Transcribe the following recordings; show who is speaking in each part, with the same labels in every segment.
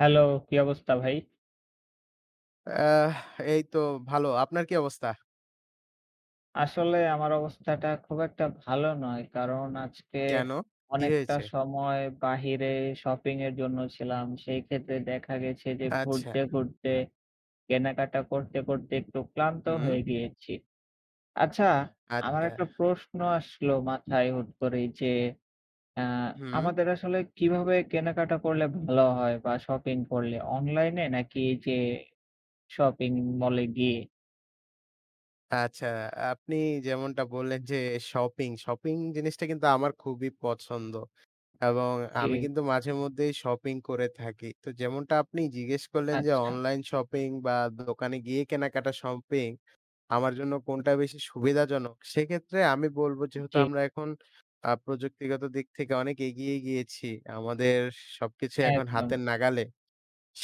Speaker 1: Hello, কি অবস্থা ভাই?
Speaker 2: আহ এই তো ভালো। আপনার কি অবস্থা?
Speaker 1: আসলে আমার অবস্থাটা খুব একটা ভালো নয়। কারণ আজকে
Speaker 2: কেন? কি
Speaker 1: অনেকটা
Speaker 2: হয়েছে?
Speaker 1: সময় বাহিরে শপিং এর জন্য ছিলাম। সেই ক্ষেত্রে দেখা গেছে যে
Speaker 2: আচ্ছা।
Speaker 1: ঘুরতে কেনাকাটা করতে একটু ক্লান্ত
Speaker 2: হুম,
Speaker 1: হয়ে গিয়েছি। আচ্ছা, আমার
Speaker 2: আচ্ছা,
Speaker 1: একটা প্রশ্ন আসলো মাথায় হুট করেই যে আ
Speaker 2: হুম,
Speaker 1: আমাদের আসলে কিভাবে কেনাকাটা করলে ভালো হয় বা শপিং করলে? অনলাইনে নাকি যে শপিং মলে গিয়ে?
Speaker 2: আচ্ছা। আপনি যেমনটা বললেন যে শপিং জিনিসটা কিন্তু আমার খুবই পছন্দ এবং
Speaker 1: জি,
Speaker 2: আমি কিন্তু মাঝে মধ্যেই শপিং করে থাকি। তো যেমনটা আপনি জিজ্ঞেস করলেন যে
Speaker 1: আচ্ছা,
Speaker 2: অনলাইন শপিং বা দোকানে গিয়ে কেনাকাটা শপিং আমার জন্য কোনটা বেশি সুবিধাজনক? সেক্ষেত্রে আমি বলব যেহেতু
Speaker 1: জি।
Speaker 2: আমরা এখন প্রযুক্তিগত দিক থেকে অনেক এগিয়ে গিয়েছি। আমাদের সবকিছু এখন
Speaker 1: একদম।
Speaker 2: হাতের নাগালে।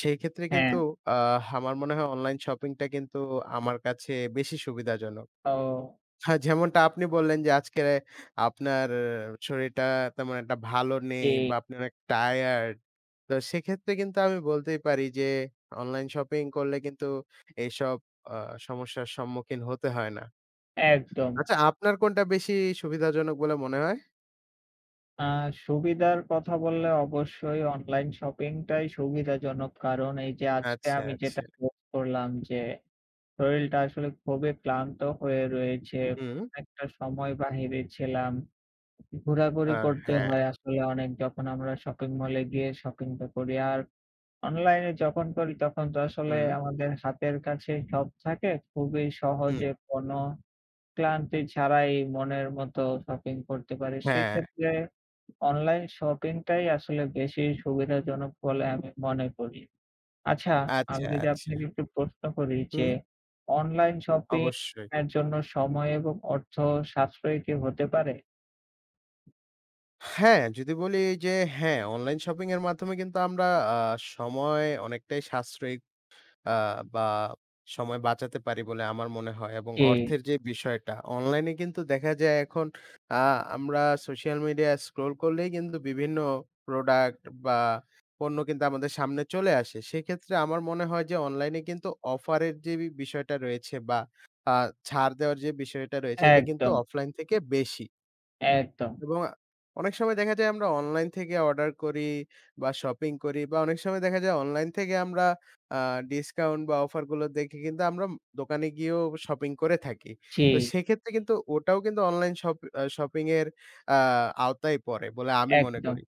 Speaker 2: সেই ক্ষেত্রে
Speaker 1: হ্যাঁ,
Speaker 2: কিন্তু আমার মনে হয় অনলাইন শপিংটা কিন্তু আমার কাছে বেশি সুবিধাজনক।
Speaker 1: তো
Speaker 2: হ্যাঁ, যেমনটা আপনি বললেন যে আজকে আপনার শরীরটা তেমন একটা ভালো
Speaker 1: জি,
Speaker 2: নেই বা আপনি অনেক টায়ার্ড। তো সেক্ষেত্রে কিন্তু আমি বলতেই পারি যে অনলাইন শপিং করলে কিন্তু এইসব আ সমস্যার সম্মুখীন হতে হয় না।
Speaker 1: একদম।
Speaker 2: আচ্ছা, আপনার কোনটা বেশি সুবিধাজনক বলে মনে হয়?
Speaker 1: আ সুবিধার কথা বললে অবশ্যই অনলাইন শপিংটাই সুবিধাজনক। কারণ এই যে আজকে
Speaker 2: আচ্ছা,
Speaker 1: আমি যেটা
Speaker 2: আচ্ছা।
Speaker 1: নোট করলাম যে শরীরটা আসলে খুবই ক্লান্ত হয়ে রয়েছে।
Speaker 2: হুম।
Speaker 1: একটা সময় বাহিরে ছিলাম। ঘোরাঘুরি
Speaker 2: আ
Speaker 1: করতে
Speaker 2: হ্যাঁ।
Speaker 1: হয় আসলে অনেক যখন আমরা শপিং মলে গিয়ে শপিংটা করি। আর অনলাইনে যখন করি তখন তো আসলে
Speaker 2: হুম,
Speaker 1: আমাদের হাতের কাছে সব থাকে। খুবই
Speaker 2: হুম।
Speaker 1: সহজে কোনো ক্লান্তি ছাড়াই মনের মতো শপিং করতে পারি।
Speaker 2: হ্যাঁ,
Speaker 1: সেক্ষেত্রে অনলাইন শপিংটাই আসলে বেশি সুবিধাজনক বলে আমি মনে করি। আচ্ছা, আমি
Speaker 2: আচ্ছা,
Speaker 1: যদি
Speaker 2: আচ্ছা।
Speaker 1: আপনাকে একটু প্রশ্ন করি যে
Speaker 2: হুম।
Speaker 1: অনলাইন শপিং
Speaker 2: অবশ্যই।
Speaker 1: এর জন্য সময় এবং অর্থ সাশ্রয়ী কি হতে পারে?
Speaker 2: হ্যাঁ, যদি বলি যে হ্যাঁ, অনলাইন শপিং এর মাধ্যমে কিন্তু আমরা আ সময় অনেকটাই সাশ্রয়ী আ বা সময় বাঁচাতে পারি বলে আমার মনে হয় এবং
Speaker 1: জি,
Speaker 2: অর্থের যে বিষয়টা, অনলাইনে কিন্তু দেখা যায় এখন আ আমরা সোশ্যাল মিডিয়া স্ক্রল করলেই কিন্তু বিভিন্ন প্রোডাক্ট বা পণ্য কিন্তু আমাদের সামনে চলে আসে। সেক্ষেত্রে আমার মনে হয় যে অনলাইনে কিন্তু অফারের যে বিষয়টা রয়েছে বা আ ছাড় দেওয়ার যে বিষয়টা রয়েছে এটা কিন্তু
Speaker 1: একদম,
Speaker 2: অফলাইন থেকে বেশি।
Speaker 1: একদম।
Speaker 2: এবং অনেক সময় দেখা যায় আমরা অনলাইন থেকে অর্ডার করি বা শপিং করি বা অনেক সময় দেখা যায় অনলাইন থেকে আমরা আ ডিসকাউন্ট বা অফার গুলো দেখে কিন্তু আমরা দোকানে গিয়েও শপিং করে থাকি।
Speaker 1: জি,
Speaker 2: তো সেক্ষেত্রে কিন্তু ওটাও কিন্তু অনলাইন শপ আ শপিং এর আ আওতায় পড়ে বলে আমি মনে
Speaker 1: একদম।
Speaker 2: করি।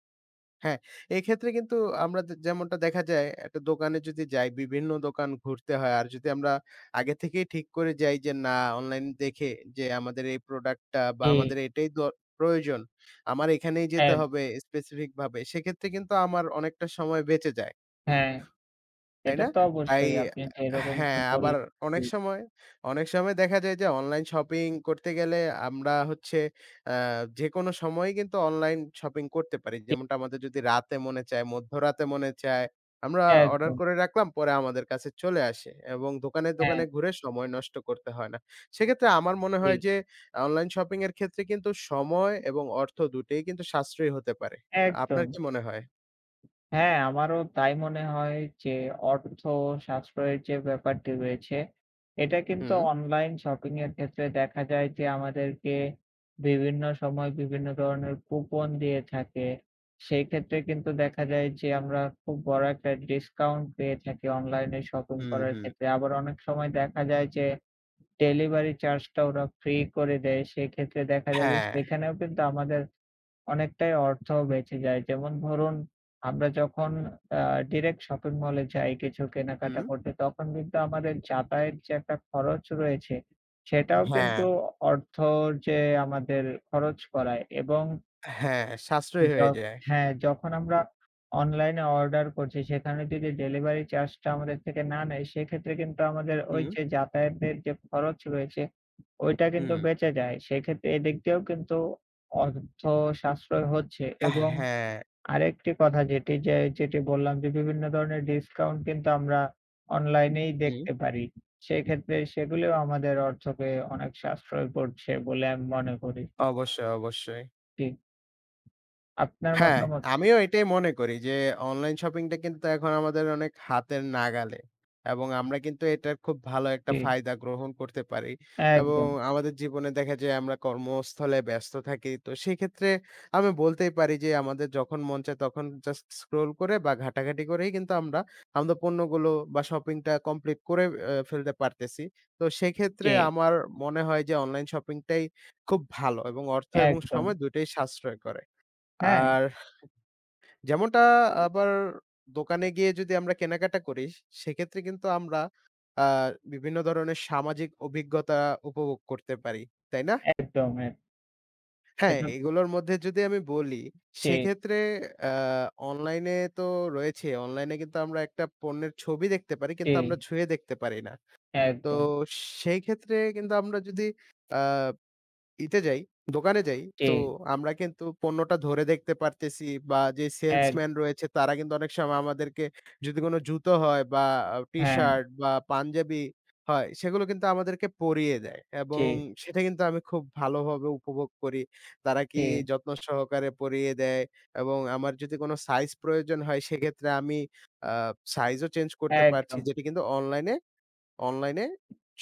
Speaker 2: হ্যাঁ, এক্ষেত্রে কিন্তু আমরা যেমনটা দেখা যায় একটা দোকানে যদি যাই, বিভিন্ন দোকান ঘুরতে হয়। আর যদি আমরা আগে থেকেই ঠিক করে যাই যে না অনলাইন দেখে যে আমাদের এই প্রোডাক্টটা বা
Speaker 1: জি,
Speaker 2: আমাদের এটাই প্রয়োজন। আমার এখানেই যেতে
Speaker 1: একদম।
Speaker 2: হবে স্পেসিফিক ভাবে। সেক্ষেত্রে কিন্তু আমার অনেকটা সময় বেঁচে যায়।
Speaker 1: হ্যাঁ,
Speaker 2: তাই
Speaker 1: এটা
Speaker 2: না?
Speaker 1: তো
Speaker 2: তাই
Speaker 1: অবশ্যই আপনি যেরকমটা
Speaker 2: হ্যাঁ, আবার
Speaker 1: বললেন। জি,
Speaker 2: অনেক সময় অনেক সময় দেখা যায় যে অনলাইন শপিং করতে গেলে আমরা হচ্ছে আ যেকোনো সময়েই কিন্তু অনলাইন শপিং করতে পারি।
Speaker 1: জি,
Speaker 2: যেমনটা আমাদের যদি রাতে মনে চায়, মধ্যরাতে মনে চায়, আমরা অর্ডার
Speaker 1: একদম।
Speaker 2: করে রাখলাম, পরে আমাদের কাছে চলে আসে এবং দোকানে,
Speaker 1: হ্যাঁ,
Speaker 2: দোকানে ঘুরে সময় নষ্ট করতে হয় না। সেক্ষেত্রে আমার মনে
Speaker 1: জি,
Speaker 2: হয় যে অনলাইন শপিং এর ক্ষেত্রে কিন্তু সময় এবং অর্থ দুটোই কিন্তু সাশ্রয়ী হতে পারে। আপনার
Speaker 1: একদম।
Speaker 2: কি মনে হয়?
Speaker 1: হ্যাঁ, আমারও তাই মনে হয় যে অর্থ সাশ্রয়ের যে ব্যাপারটি রয়েছে, এটা কিন্তু
Speaker 2: হুম।
Speaker 1: অনলাইন শপিং এর ক্ষেত্রে দেখা যায় যে আমাদেরকে বিভিন্ন সময় বিভিন্ন ধরনের কুপন দিয়ে থাকে। সেই ক্ষেত্রে কিন্তু দেখা যায় যে আমরা খুব বড় একটা ডিসকাউন্ট পেয়ে থাকি অনলাইনে শপিং
Speaker 2: হুম,
Speaker 1: করার
Speaker 2: হুম।
Speaker 1: ক্ষেত্রে। আবার অনেক সময় দেখা যায় যে ডেলিভারি চার্জটা ওরা ফ্রি করে দেয়। সেক্ষেত্রে দেখা যায় যে
Speaker 2: হ্যাঁ,
Speaker 1: সেখানেও কিন্তু আমাদের অনেকটাই অর্থ বেঁচে যায়। যেমন ধরুন, আমরা যখন আ ডিরেক্ট শপিং মলে যাই কিছু
Speaker 2: হুম।
Speaker 1: কেনাকাটা করতে, তখন কিন্তু আমাদের যাতায়াত যে একটা খরচ রয়েছে, সেটাও
Speaker 2: হ্যাঁ,
Speaker 1: কিন্তু অর্থর যে আমাদের খরচ করায় এবং
Speaker 2: হ্যাঁ, সাশ্রয়ী
Speaker 1: য
Speaker 2: হয়ে যায়।
Speaker 1: হ্যাঁ, যখন আমরা অনলাইনে অর্ডার করছি সেখানে যদি ডেলিভারি চার্জটা আমাদের থেকে না নেয়, সেক্ষেত্রে কিন্তু আমাদের ওই
Speaker 2: হুম,
Speaker 1: যে যাতায়াতের যে খরচ রয়েছে, ওইটা কিন্তু
Speaker 2: হুম।
Speaker 1: বেঁচে যায়। সেক্ষেত্রে এদিক দিয়েও কিন্তু অর্থ সাশ্রয় হচ্ছে এবং
Speaker 2: হ্যাঁ,
Speaker 1: আরেকটি কথা যেটি বললাম যে বিভিন্ন ধরনের ডিসকাউন্ট কিন্তু আমরা অনলাইনেই
Speaker 2: হুম।
Speaker 1: দেখতে পারি। সেক্ষেত্রে সেগুলিও আমাদের অর্থকে অনেক সাশ্রয় করছে বলে আমি মনে করি।
Speaker 2: অবশ্যই, অবশ্যই।
Speaker 1: জি, আপনার
Speaker 2: হ্যাঁ,
Speaker 1: মতামত কি?
Speaker 2: আমিও এটাই মনে করি যে অনলাইন শপিংটা কিন্তু এখন আমাদের অনেক হাতের নাগালে এবং আমরা কিন্তু এটার খুব ভালো একটা
Speaker 1: জি,
Speaker 2: ফায়দা গ্রহণ করতে পারি এবং
Speaker 1: একদম।
Speaker 2: আমাদের জীবনে দেখা যায় আমরা কর্মস্থলে ব্যস্ত থাকি। তো সেক্ষেত্রে আমি বলতেই পারি যে আমাদের যখন মন চায় তখন জাস্ট স্ক্রল করে বা ঘাটাঘাটি করেই কিন্তু আমরা আমাদের পণ্যগুলো বা শপিংটা কমপ্লিট করে ফেলতে পারতেছি। তো সেক্ষেত্রে
Speaker 1: জি,
Speaker 2: আমার মনে হয় যে অনলাইন শপিংটাই খুব ভালো এবং অর্থ এবং
Speaker 1: একদম।
Speaker 2: সময় দুটোই সাশ্রয় করে।
Speaker 1: হ্যাঁ,
Speaker 2: আর যেমনটা আবার দোকানে গিয়ে যদি আমরা কেনাকাটা করি, সেক্ষেত্রে কিন্তু আমরা আ বিভিন্ন ধরনের সামাজিক অভিজ্ঞতা উপভোগ করতে পারি। তাই না?
Speaker 1: একদম। হ্যাঁ,
Speaker 2: হ্যাঁ,
Speaker 1: এটা
Speaker 2: এগুলোর মধ্যে যদি আমি বলি,
Speaker 1: জি,
Speaker 2: সেক্ষেত্রে আ অনলাইনে তো রয়েছে। অনলাইনে কিন্তু আমরা একটা পণ্যের ছবি দেখতে পারি
Speaker 1: জি,
Speaker 2: কিন্তু আমরা ছুঁয়ে দেখতে পারি না। তো
Speaker 1: একদম।
Speaker 2: সেই ক্ষেত্রে কিন্তু আমরা যদি আ ইতে যাই, দোকানে যাই,
Speaker 1: জি,
Speaker 2: তো আমরা কিন্তু পণ্যটা ধরে দেখতে পারতেছি বা যে
Speaker 1: এক
Speaker 2: সেলসম্যান রয়েছে তারা কিন্তু অনেক সময় আমাদেরকে যদি কোনো জুতো হয় বা
Speaker 1: হ্যাঁ,
Speaker 2: টি-শার্ট বা পাঞ্জাবি হয়, সেগুলো কিন্তু আমাদেরকে পরিয়ে দেয়
Speaker 1: জি,
Speaker 2: এবং সেটা কিন্তু আমি খুব ভালোভাবে উপভোগ করি। তারা কি
Speaker 1: জি,
Speaker 2: যত্ন সহকারে পরিয়ে দেয় এবং আমার যদি কোনো সাইজ প্রয়োজন হয় সেক্ষেত্রে আমি আ সাইজও চেঞ্জ করতে পারছি
Speaker 1: একদম।
Speaker 2: যেটি কিন্তু অনলাইনে অনলাইনে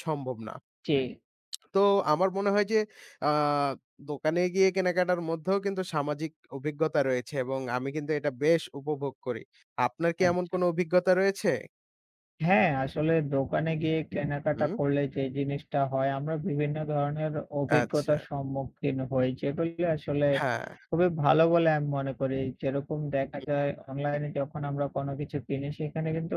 Speaker 2: সম্ভব না।
Speaker 1: জি,
Speaker 2: তো আমার মনে হয় যে আ দোকানে গিয়ে কেনাকাটার মধ্যেও কিন্তু সামাজিক অভিজ্ঞতা রয়েছে এবং আমি কিন্তু এটা বেশ উপভোগ করি। আপনার কি এমন
Speaker 1: আচ্ছা।
Speaker 2: কোনো অভিজ্ঞতা রয়েছে?
Speaker 1: হ্যাঁ, আসলে দোকানে গিয়ে কেনাকাটা
Speaker 2: হুম,
Speaker 1: করলে যে জিনিসটা হয়, আমরা বিভিন্ন ধরনের
Speaker 2: আচ্ছা।
Speaker 1: অভিজ্ঞতার সম্মুখীন হই, যেগুলি আসলে
Speaker 2: হ্যাঁ,
Speaker 1: খুবই ভালো বলে আমি মনে করি। যেরকম দেখা যায় অনলাইনে যখন আমরা কোনো কিছু কিনি, সেখানে কিন্তু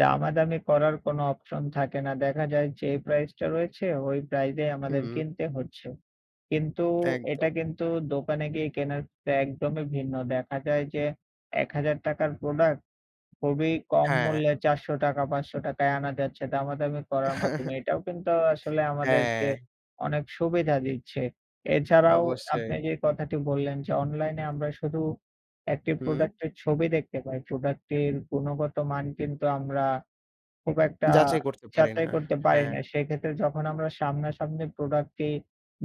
Speaker 1: দামাদামি করার কোনো অপশন থাকে না। দেখা যায় যে প্রাইসটা রয়েছে, ওই প্রাইসে আমাদের
Speaker 2: হুম,
Speaker 1: কিনতে হচ্ছে। কিন্তু এটা
Speaker 2: একদম।
Speaker 1: কিন্তু দোকানে গিয়ে কেনার থেকে একদমই ভিন্ন। দেখা যায় যে ৳১,০০০ র প্রোডাক্ট খুবই কম
Speaker 2: হ্যাঁ,
Speaker 1: মূল্যে ৳৪০০ ৳৫০০ য় আনা যাচ্ছে দামাদামি করার মাধ্যমে। এটাও কিন্তু আসলে আমাদেরকে
Speaker 2: হ্যাঁ,
Speaker 1: অনেক সুবিধা দিচ্ছে। এছাড়াও
Speaker 2: অবশ্যই।
Speaker 1: আপনি যে কথাটি বললেন যে অনলাইনে আমরা শুধু একটি
Speaker 2: হুম,
Speaker 1: প্রোডাক্টের ছবি দেখতে পাই। প্রোডাক্টের গুণগত মান কিন্তু আমরা খুব একটা
Speaker 2: যাচাই করতে পারি না।
Speaker 1: যাচাই করতে পারি
Speaker 2: হ্যাঁ,
Speaker 1: না। সেক্ষেত্রে যখন আমরা সামনাসামনি প্রোডাক্টটি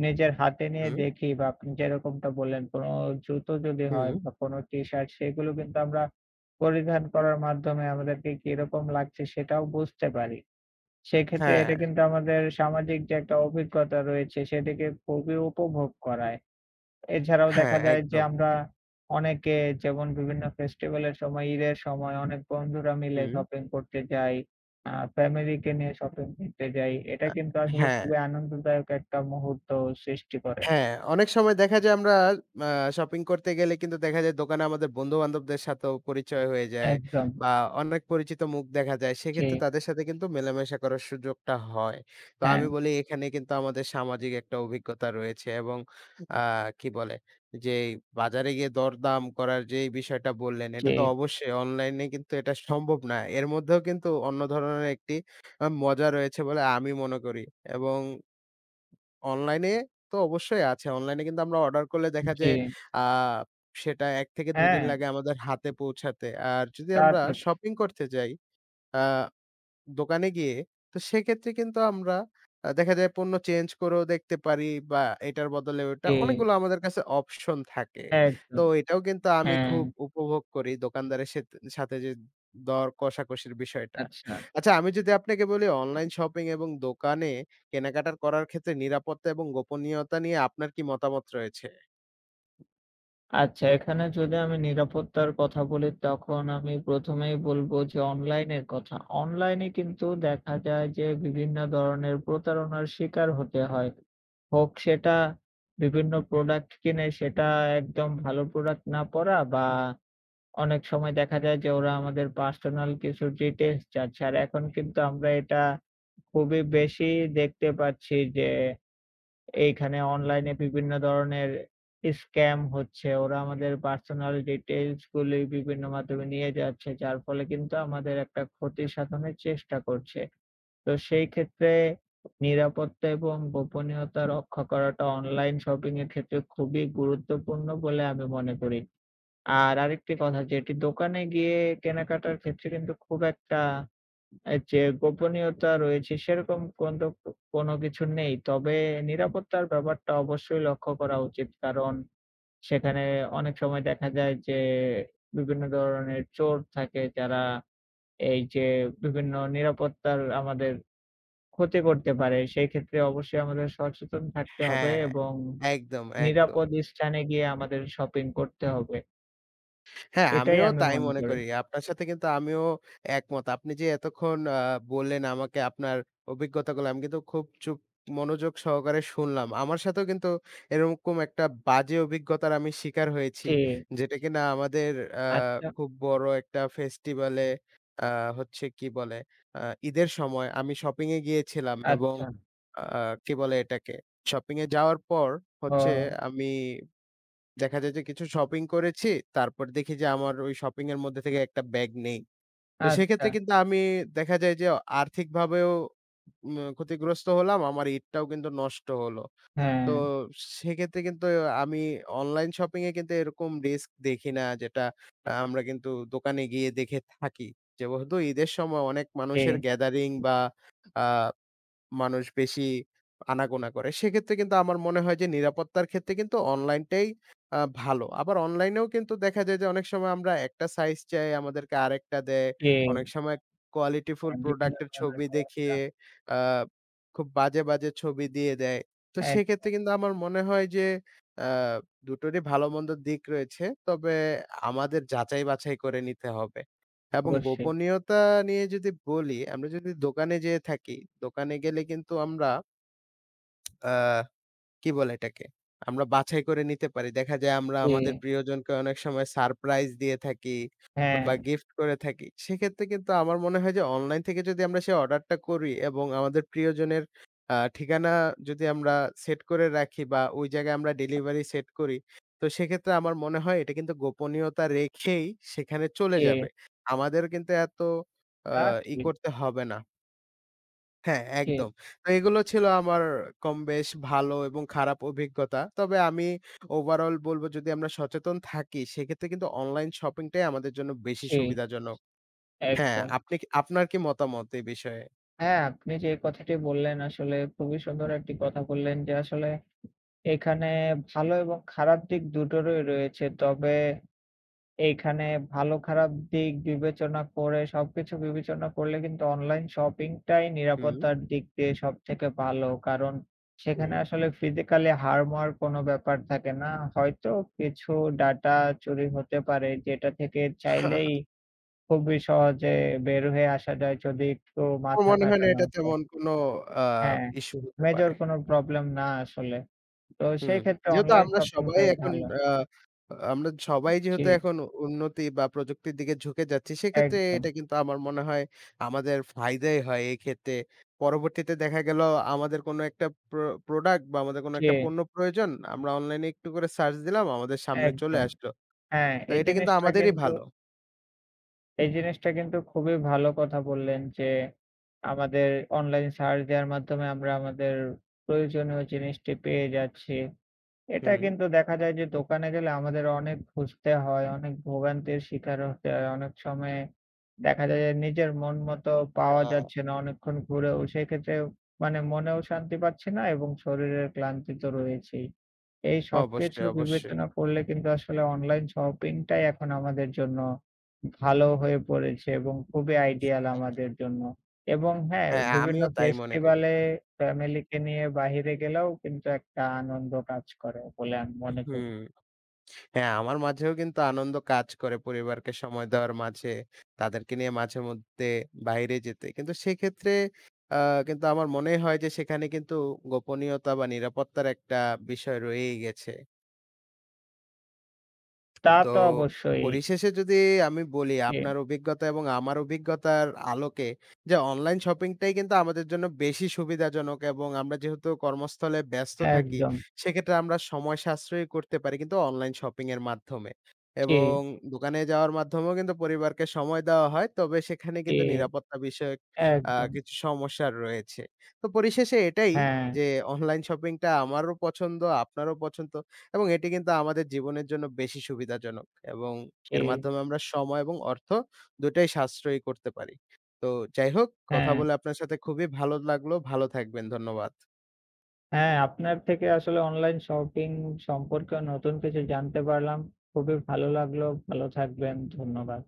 Speaker 1: নিজের হাতে নিয়ে
Speaker 2: হুম,
Speaker 1: দেখি বা আপনি যেরকমটা বললেন, কোনো জুতো যদি
Speaker 2: হুম,
Speaker 1: হয় বা কোনো টি-শার্ট সেগুলো কিন্তু আমরা পরিধান করার মাধ্যমে আমাদেরকে কিরকম লাগছে সেটাও বুঝতে পারি। সেক্ষেত্রে
Speaker 2: হ্যাঁ,
Speaker 1: এটা কিন্তু আমাদের সামাজিক যে একটা অভিজ্ঞতা রয়েছে সেটিকে খুবই উপভোগ করায়। এছাড়াও
Speaker 2: হ্যাঁ,
Speaker 1: দেখা যায় যে
Speaker 2: একদম।
Speaker 1: আমরা অনেকে যেমন বিভিন্ন ফেস্টিভ্যালের সময়, ঈদের সময় অনেক বন্ধুরা মিলে
Speaker 2: হুম,
Speaker 1: শপিং করতে যাই। আ ফ্যামিলিকে নিয়ে শপিং করতে যাই। এটা
Speaker 2: আ
Speaker 1: কিন্তু আসলে
Speaker 2: হ্যাঁ।
Speaker 1: খুবই আনন্দদায়ক একটা মুহূর্ত সৃষ্টি করে।
Speaker 2: হ্যাঁ, অনেক সময় দেখা যায় আমরা আ শপিং করতে গেলে কিন্তু দেখা যায় দোকানে আমাদের বন্ধু-বান্ধবদের সাথেও পরিচয় হয়ে যায়
Speaker 1: একদম।
Speaker 2: বা অনেক পরিচিত মুখ দেখা যায়।
Speaker 1: জি,
Speaker 2: সেক্ষেত্রে তাদের সাথে কিন্তু মেলামেশা করার সুযোগটা হয়। তো
Speaker 1: হ্যাঁ,
Speaker 2: আমি বলি এখানে কিন্তু আমাদের সামাজিক একটা অভিজ্ঞতা রয়েছে এবং আ কি বলে? যে এই বাজারে গিয়ে দরদাম করার যে এই বিষয়টা বললেন, এটা
Speaker 1: জি,
Speaker 2: তো অবশ্যই অনলাইনে কিন্তু এটা সম্ভব না। এর মধ্যেও কিন্তু অন্য ধরনের একটি মজা রয়েছে বলে আমি মনে করি এবং অনলাইনে তো অবশ্যই আছে। অনলাইনে কিন্তু আমরা অর্ডার করলে দেখা
Speaker 1: জি।
Speaker 2: যায় আ সেটা ১ থেকে ২ দিন
Speaker 1: হ্যাঁ,
Speaker 2: লাগে আমাদের হাতে পৌঁছাতে। আর যদি
Speaker 1: তা
Speaker 2: আমরা
Speaker 1: তো ঠিক।
Speaker 2: শপিং করতে যাই আ দোকানে গিয়ে তো সেক্ষেত্রে কিন্তু আমরা দেখা যায় পণ্য চেঞ্জ করেও দেখতে পারি বা এটার বদলে ওটা
Speaker 1: জি,
Speaker 2: অনেকগুলো আমাদের কাছে অপশন থাকে। তো
Speaker 1: একদম।
Speaker 2: এটাও কিন্তু আমি
Speaker 1: হ্যাঁ,
Speaker 2: খুব উপভোগ করি দোকানদারের সাথে যে দর কষাকষির বিষয়টা।
Speaker 1: আচ্ছা।
Speaker 2: আচ্ছা আমি যদি আপনাকে বলি অনলাইন শপিং এবং দোকানে কেনাকাটা করার ক্ষেত্রে নিরাপত্তা এবং গোপনীয়তা নিয়ে আপনার কি মতামত রয়েছে?
Speaker 1: আচ্ছা, এখানে যদি আমি নিরাপত্তার কথা বলি, তখন আমি ১ম এই বলব যে অনলাইনের কথা। অনলাইনে কিন্তু দেখা যায় যে বিভিন্ন ধরনের প্রতারণার শিকার হতে হয়। হোক সেটা বিভিন্ন প্রোডাক্ট কিনে সেটা একদম ভালো প্রোডাক্ট না পড়া বা অনেক সময় দেখা যায় যে ওরা আমাদের পার্সোনাল কিছু ডিটেইলস চাচ্ছে। আর এখন কিন্তু আমরা এটা খুবই বেশি দেখতে পাচ্ছি যে এইখানে অনলাইনে বিভিন্ন ধরনের স্ক্যাম হচ্ছে। ওরা আমাদের পার্সোনাল ডিটেইলস গুলি বিভিন্ন মাধ্যমে নিয়ে যাচ্ছে। যার ফলে কিন্তু আমাদের একটা ক্ষতি সাধনের চেষ্টা করছে। তো সেই ক্ষেত্রে নিরাপত্তা এবং গোপনীয়তা রক্ষা করাটা অনলাইন শপিং এর ক্ষেত্রে খুবই গুরুত্বপূর্ণ বলে আমি মনে করি। আর আরেকটি কথা যেটি দোকানে গিয়ে কেনাকাটার ক্ষেত্রে কিন্তু খুব একটা যে গোপনীয়তা রয়েছে সেরকম কিন্তু কোনো কিছু নেই। তবে নিরাপত্তার ব্যাপারটা অবশ্যই লক্ষ্য করা উচিত। কারণ সেখানে অনেক সময় দেখা যায় যে বিভিন্ন ধরনের চোর থাকে যারা এই যে বিভিন্ন নিরাপত্তার আমাদের ক্ষতি করতে পারে। সেই ক্ষেত্রে অবশ্যই আমাদের সচেতন থাকতে হবে
Speaker 2: হ্যাঁ,
Speaker 1: এবং
Speaker 2: একদম, একদম।
Speaker 1: নিরাপদ স্থানে গিয়ে আমাদের শপিং করতে হবে।
Speaker 2: হ্যাঁ,
Speaker 1: এটাই
Speaker 2: আমিও
Speaker 1: আমি
Speaker 2: তাই
Speaker 1: মনে
Speaker 2: মনে
Speaker 1: করি।
Speaker 2: করি। আপনার সাথে কিন্তু আমিও একমত। আপনি যে এতক্ষণ বললেন আমাকে আপনার অভিজ্ঞতাগুলো, আমি কিন্তু খুব চুপ মনোযোগ সহকারে শুনলাম। আমার সাথেও কিন্তু এরকম একটা বাজে অভিজ্ঞতার আমি শিকার হয়েছি।
Speaker 1: জি,
Speaker 2: যেটা কিনা আমাদের আ
Speaker 1: আচ্ছা,
Speaker 2: খুব বড় একটা ফেস্টিভালে আ হচ্ছে কি বলে? আ ঈদের সময় আমি শপিং এ গিয়েছিলাম এবং
Speaker 1: আচ্ছা।
Speaker 2: আ কি বলে এটাকে? শপিং এ যাওয়ার পর হচ্ছে
Speaker 1: ও
Speaker 2: আমি দেখা যায় যে কিছু শপিং করেছি, তারপর দেখি যে আমার ওই শপিং এর মধ্যে থেকে একটা ব্যাগ নেই। তো
Speaker 1: আচ্ছা,
Speaker 2: সেক্ষেত্রে কিন্তু আমি দেখা যায় যে আর্থিকভাবেও ক্ষতিগ্রস্ত হলাম, আমার ঈদটাও কিন্তু নষ্ট হলো।
Speaker 1: হ্যাঁ,
Speaker 2: তো সেক্ষেত্রে কিন্তু আমি অনলাইন শপিং এ কিন্তু এরকম রিস্ক দেখি না যেটা আমরা কিন্তু দোকানে গিয়ে দেখে থাকি। যেহেতু ঈদের সময় অনেক
Speaker 1: জি।
Speaker 2: মানুষের গ্যাদারিং বা আ মানুষ বেশি আনাগোনা করে। সেক্ষেত্রে কিন্তু আমার মনে হয় যে নিরাপত্তার ক্ষেত্রে কিন্তু অনলাইনটাই ভালো। আবার অনলাইনেও কিন্তু দেখা যায় যে অনেক সময় আমরা একটা সাইজ চাই আমাদেরকে আরেকটা দেয়।
Speaker 1: জি,
Speaker 2: অনেক সময় কোয়ালিটিফুল
Speaker 1: হ্যাঁ, বিভিন্ন
Speaker 2: প্রোডাক্ট এর
Speaker 1: ধরনের
Speaker 2: ছবি
Speaker 1: সমস্যা।
Speaker 2: দেখিয়ে আ খুব বাজে, বাজে ছবি দিয়ে দেয়। তো
Speaker 1: এক
Speaker 2: সেক্ষেত্রে কিন্তু আমার মনে হয় যে আ দুটোরই ভালো মন্দ দিক রয়েছে। তবে আমাদের যাচাই বাছাই করে নিতে হবে। এবং
Speaker 1: অবশ্যই।
Speaker 2: গোপনীয়তা নিয়ে যদি বলি, আমরা যদি দোকানে যেয়ে থাকি, দোকানে গেলে কিন্তু আমরা আ কি বলে এটাকে? আমরা বাছাই করে নিতে পারি। দেখা যায় আমরা
Speaker 1: জি,
Speaker 2: আমাদের প্রিয়জনকে অনেক সময় সারপ্রাইজ দিয়ে থাকি
Speaker 1: হ্যাঁ,
Speaker 2: বা গিফট করে থাকি। সেক্ষেত্রে কিন্তু আমার মনে হয় যে অনলাইন থেকে যদি আমরা সেই অর্ডারটা করি এবং আমাদের প্রিয়জনের ঠিকানা যদি আমরা সেট করে রাখি বা ওই জায়গায় আমরা ডেলিভারি সেট করি, তো সেক্ষেত্রে আমার মনে হয় এটা কিন্তু গোপনীয়তা রেখেই সেখানে চলে
Speaker 1: জি,
Speaker 2: যাবে। আমাদের কিন্তু এত আ
Speaker 1: তা
Speaker 2: ই
Speaker 1: ঠিক।
Speaker 2: করতে হবে না। হ্যাঁ,
Speaker 1: জি,
Speaker 2: একদম। তো এগুলো ছিল আমার কম বেশ ভালো এবং খারাপ অভিজ্ঞতা। তবে আমি ওভারঅল বলব যদি আমরা সচেতন থাকি সেক্ষেত্রে কিন্তু অনলাইন শপিংটাই আমাদের জন্য বেশি
Speaker 1: জি,
Speaker 2: সুবিধাজনক। হ্যাঁ,
Speaker 1: একদম।
Speaker 2: আপনি কি আপনার কি মতামত এই বিষয়ে?
Speaker 1: হ্যাঁ, আপনি যে কথাটি বললেন আসলে খুবই সুন্দর একটি কথা বললেন যে আসলে এখানে ভালো এবং খারাপ দিক দুটোরই রয়েছে। তবে এইখানে ভালো খারাপ দিক বিবেচনা করে সবকিছু বিবেচনা করলে কিন্তু অনলাইন শপিংটাই
Speaker 2: হুম,
Speaker 1: নিরাপত্তার দিক দিয়ে সবথেকে ভালো। কারণ সেখানে
Speaker 2: হুম।
Speaker 1: আসলে ফিজিক্যালি হার্ম হওয়ার কোনো ব্যাপার থাকে না। হয়তো কিছু ডাটা চুরি হতে পারে যেটা থেকে চাইলেই খুবই সহজে বের হয়ে আসা যায় যদি একটু
Speaker 2: আমার
Speaker 1: মাথা
Speaker 2: মনে হয় না
Speaker 1: খাটানো
Speaker 2: এটা
Speaker 1: যায়।
Speaker 2: তেমন কোনো আ
Speaker 1: হ্যাঁ,
Speaker 2: ইস্যু হতে পারে।
Speaker 1: মেজর কোনো প্রবলেম না আসলে। তো
Speaker 2: হুম,
Speaker 1: সেই ক্ষেত্রে
Speaker 2: যেহেতু
Speaker 1: অনলাইন
Speaker 2: আমরা সবাই
Speaker 1: শপিংটাই
Speaker 2: এখন
Speaker 1: ভালো।
Speaker 2: আ আমরা সবাই
Speaker 1: জি,
Speaker 2: যেহেতু এখন উন্নতি বা প্রযুক্তির দিকে ঝুঁকে যাচ্ছি, সেক্ষেত্রে
Speaker 1: একদম।
Speaker 2: এটা কিন্তু আমার মনে হয় আমাদের ফায়দাই হয় এই ক্ষেত্রে। পরবর্তীতে দেখা গেল আমাদের কোনো একটা প্রোডাক্ট বা আমাদের কোনো
Speaker 1: জি,
Speaker 2: একটা পণ্য প্রয়োজন, আমরা অনলাইনে একটু করে সার্চ দিলাম, আমাদের সামনে চলে
Speaker 1: একদম।
Speaker 2: আসলো।
Speaker 1: হ্যাঁ,
Speaker 2: তো
Speaker 1: এই
Speaker 2: এটা কিন্তু
Speaker 1: জিনিসটা
Speaker 2: আমাদেরই
Speaker 1: কিন্তু
Speaker 2: ভালো।
Speaker 1: এই জিনিসটা কিন্তু খুবই ভালো কথা বললেন যে, আমাদের অনলাইন সার্চ দেওয়ার মাধ্যমে আমরা আমাদের প্রয়োজনীয় জিনিসটি পেয়ে যাচ্ছি। এটা
Speaker 2: হুম।
Speaker 1: কিন্তু দেখা যায় যে দোকানে গেলে আমাদের অনেক খুঁজতে হয়, অনেক ভোগান্তির শিকার হতে হয়। অনেক সময় দেখা যায় যে নিজের মন মতো পাওয়া
Speaker 2: হ্যাঁ,
Speaker 1: যাচ্ছে না অনেকক্ষণ ঘুরেও। সেক্ষেত্রে মানে মনেও শান্তি পাচ্ছি না এবং শরীরের ক্লান্তি তো রয়েছেই। এই সবকিছু
Speaker 2: অবশ্যই, অবশ্যই।
Speaker 1: বিবেচনা করলে কিন্তু আসলে অনলাইন শপিংটাই এখন আমাদের জন্য ভালো হয়ে পড়েছে এবং খুবই আইডিয়াল আমাদের জন্য। এবং হ্যাঁ,
Speaker 2: হ্যাঁ,
Speaker 1: বিভিন্ন
Speaker 2: আমিও তাই মনে করি।
Speaker 1: ফেস্টিভালে ফ্যামিলিকে নিয়ে বাহিরে গেলেও কিন্তু একটা আনন্দ কাজ করে বলে আমি মনে করি।
Speaker 2: হুম। হ্যাঁ, আমার মাঝেও কিন্তু আনন্দ কাজ করে পরিবারকে সময় দেওয়ার মাঝে, তাদেরকে নিয়ে মাঝেমধ্যে বাইরে যেতে। কিন্তু সেক্ষেত্রে আ কিন্তু আমার মনে হয় যে সেখানে কিন্তু গোপনীয়তা বা নিরাপত্তার একটা বিষয় রয়েই গেছে।
Speaker 1: তা
Speaker 2: তো
Speaker 1: তো অবশ্যই।
Speaker 2: পরিশেষে যদি আমি বলি
Speaker 1: জি,
Speaker 2: আপনার অভিজ্ঞতা এবং আমার অভিজ্ঞতার আলোকে যে অনলাইন শপিংটাই কিন্তু আমাদের জন্য বেশি সুবিধাজনক এবং আমরা যেহেতু কর্মস্থলে ব্যস্ত থাকি
Speaker 1: একদম।
Speaker 2: সেক্ষেত্রে আমরা সময় সাশ্রয় করতে পারি কিন্তু অনলাইন শপিং এর মাধ্যমে
Speaker 1: জি,
Speaker 2: এবং দোকানে যাওয়ার মাধ্যমেও কিন্তু পরিবারকে সময় দেওয়া হয় তবে সেখানে কিন্তু
Speaker 1: জি,
Speaker 2: নিরাপত্তা বিষয়ক
Speaker 1: একদম।
Speaker 2: কিছু সমস্যা রয়েছে তো পরিশেষে এটাই
Speaker 1: হ্যাঁ,
Speaker 2: যে অনলাইন শপিংটা আমারও পছন্দ আপনারও পছন্দ এবং এটি কিন্তু আমাদের জীবনের জন্য বেশি সুবিধাজনক এবং
Speaker 1: জি,
Speaker 2: এর মাধ্যমে আমরা সময় এবং অর্থ দুটাই সাশ্রয়ী করতে পারি। তো যাই হোক, কথা
Speaker 1: হ্যাঁ।
Speaker 2: বলে আপনার সাথে খুবই ভালো লাগলো। ভালো থাকবেন। ধন্যবাদ।
Speaker 1: হ্যাঁ, আপনার থেকে আসলে অনলাইন শপিং সম্পর্কে নতুন কিছু জানতে পারলাম। খুবই ভালো লাগলো। ভালো থাকবেন। ধন্যবাদ।